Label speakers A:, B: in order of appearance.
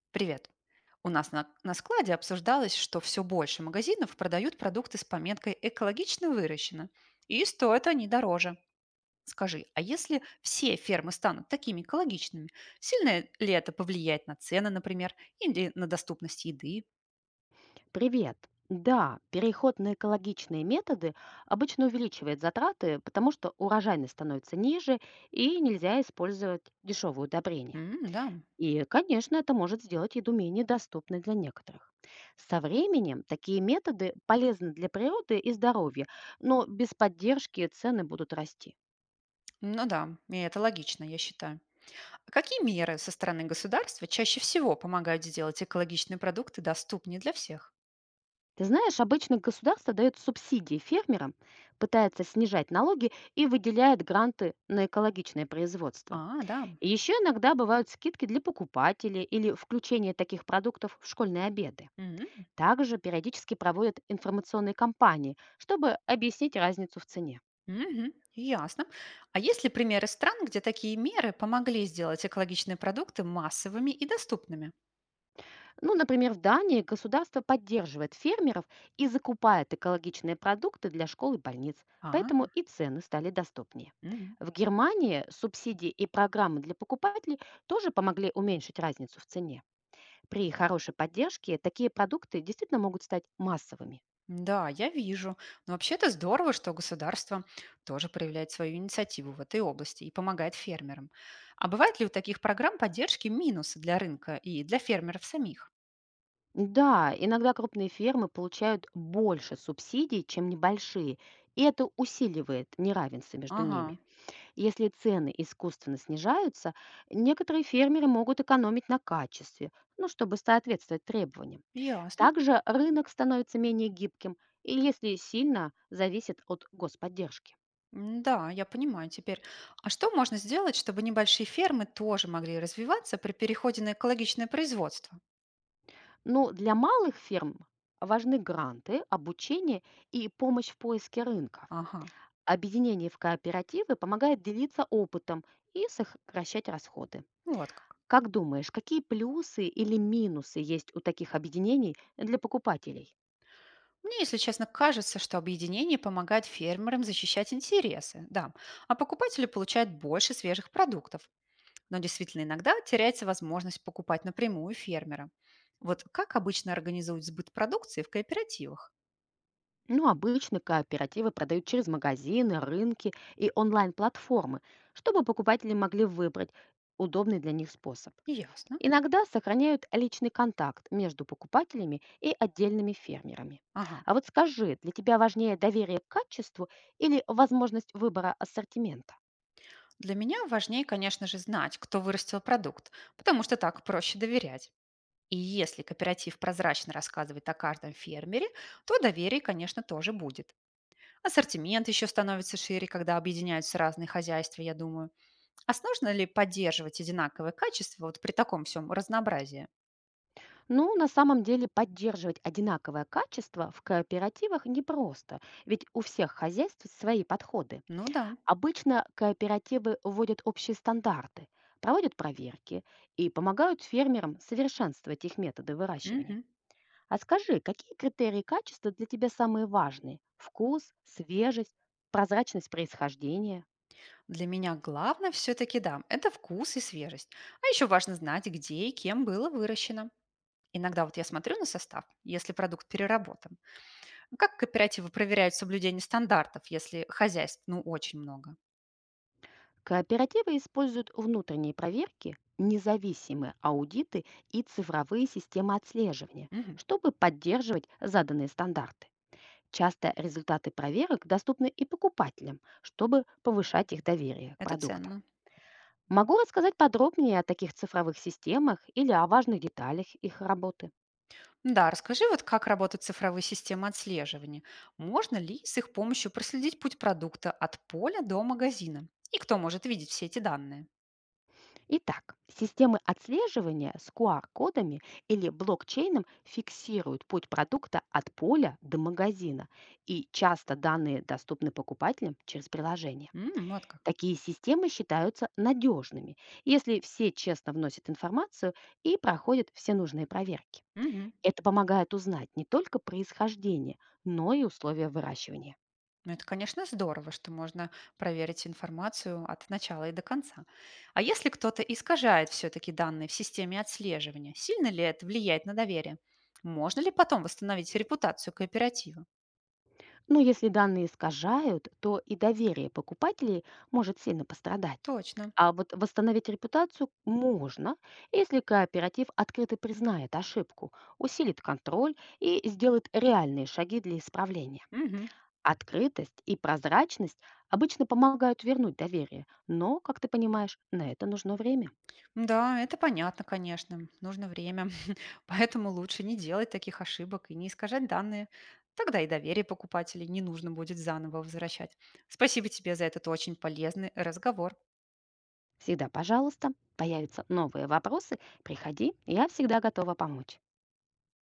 A: Привет. У нас на складе обсуждалось, что все больше магазинов продают продукты с пометкой «экологично выращено», и стоят они дороже. Скажи, а если все фермы станут такими экологичными, сильно ли это повлияет на цены, например, или на доступность еды?
B: Привет. Да, переход на экологичные методы обычно увеличивает затраты, потому что урожайность становится ниже и нельзя использовать дешевые удобрения.
A: М, да,
B: И, конечно, это может сделать еду менее доступной для некоторых. Со временем такие методы полезны для природы и здоровья, но без поддержки цены будут расти.
A: ну да, и это логично, я считаю. А какие меры со стороны государства чаще всего помогают сделать экологичные продукты доступнее для всех?
B: Ты знаешь, обычно государство дает субсидии фермерам, пытается снижать налоги и выделяет гранты на экологичное производство.
A: А, да.
B: Еще иногда бывают скидки для покупателей или включение таких продуктов в школьные обеды. Также периодически проводят информационные кампании, чтобы объяснить разницу в цене.
A: Мгм. Ясно. А есть ли примеры стран, где такие меры помогли сделать экологичные продукты массовыми и доступными?
B: Ну, например, в Дании государство поддерживает фермеров и закупает экологичные продукты для школ и больниц, поэтому
A: Ага.
B: и цены стали доступнее.
A: Мгм.
B: В Германии субсидии и программы для покупателей тоже помогли уменьшить разницу в цене. При хорошей поддержке такие продукты действительно могут стать массовыми.
A: Да, я вижу. Но вообще это здорово, что государство тоже проявляет свою инициативу в этой области и помогает фермерам. А бывают ли у таких программ поддержки минусы для рынка и для фермеров самих?
B: Да, иногда крупные фермы получают больше субсидий, чем небольшие, и это усиливает неравенство между
A: Ага,
B: ними. Если цены искусственно снижаются, некоторые фермеры могут экономить на качестве, ну, чтобы соответствовать требованиям.
A: ясно.
B: Также рынок становится менее гибким, и если сильно зависит от господдержки.
A: М, да, я понимаю теперь. А что можно сделать, чтобы небольшие фермы тоже могли развиваться при переходе на экологичное производство?
B: Но для малых ферм важны гранты, обучение и помощь в поиске рынков.
A: Ага.
B: Объединение в кооперативы помогает делиться опытом и сокращать расходы.
A: Ну, вот как.
B: Как думаешь, какие плюсы или минусы есть у таких объединений для покупателей?
A: Мне, если честно, кажется, что объединение помогает фермерам защищать интересы, да, а покупатели получают больше свежих продуктов. Но действительно иногда теряется возможность покупать напрямую фермера. Вот как обычно организуют сбыт продукции в кооперативах?
B: Ну, обычно кооперативы продают через магазины, рынки и онлайн-платформы, чтобы покупатели могли выбрать удобный для них способ.
A: Ясно.
B: Иногда сохраняют личный контакт между покупателями и отдельными фермерами.
A: Ага.
B: А вот скажи, для тебя важнее доверие к качеству или возможность выбора ассортимента?
A: Для меня важнее, конечно же, знать, кто вырастил продукт, потому что так проще доверять. И если кооператив прозрачно рассказывает о каждом фермере, то доверие, конечно, тоже будет. Ассортимент еще становится шире, когда объединяются разные хозяйства, я думаю. А сложно ли поддерживать одинаковое качество вот при таком всем разнообразии?
B: Ну, на самом деле поддерживать одинаковое качество в кооперативах непросто, ведь у всех хозяйств свои подходы.
A: Ну да.
B: Обычно кооперативы вводят общие стандарты, проводят проверки и помогают фермерам совершенствовать их методы выращивания.
A: Мгм.
B: А скажи, какие критерии качества для тебя самые важные? Вкус, свежесть, прозрачность происхождения?
A: Для меня главное все-таки, да, это вкус и свежесть. А еще важно знать, где и кем было выращено. Иногда вот я смотрю на состав, если продукт переработан. Как кооперативы проверяют соблюдение стандартов, если хозяйств, ну, очень много?
B: Кооперативы используют внутренние проверки, независимые аудиты и цифровые системы отслеживания,
A: Мгм.
B: чтобы поддерживать заданные стандарты. Часто результаты проверок доступны и покупателям, чтобы повышать их доверие к
A: Это
B: продуктам.
A: ценно.
B: Могу рассказать подробнее о таких цифровых системах или о важных деталях их работы.
A: Да, расскажи, вот как работают цифровые системы отслеживания. Можно ли с их помощью проследить путь продукта от поля до магазина? И кто может видеть все эти данные?
B: Итак, системы отслеживания с QR-кодами или блокчейном фиксируют путь продукта от поля до магазина, и часто данные доступны покупателям через приложение.
A: М, вот как.
B: Такие системы считаются надежными, если все честно вносят информацию и проходят все нужные проверки.
A: Мгм.
B: Это помогает узнать не только происхождение, но и условия выращивания.
A: Ну, это, конечно, здорово, что можно проверить информацию от начала и до конца. А если кто-то искажает все-таки данные в системе отслеживания, сильно ли это влияет на доверие? Можно ли потом восстановить репутацию кооператива?
B: Но если данные искажают, то и доверие покупателей может сильно пострадать.
A: Точно.
B: А вот восстановить репутацию можно, если кооператив открыто признает ошибку, усилит контроль и сделает реальные шаги для исправления.
A: Мгм.
B: Открытость и прозрачность обычно помогают вернуть доверие, но, как ты понимаешь, на это нужно время.
A: Да, это понятно, конечно. Нужно время. Поэтому лучше не делать таких ошибок и не искажать данные. Тогда и доверие покупателей не нужно будет заново возвращать. Спасибо тебе за этот очень полезный разговор.
B: Всегда, пожалуйста, появятся новые вопросы, приходи, я всегда готова помочь.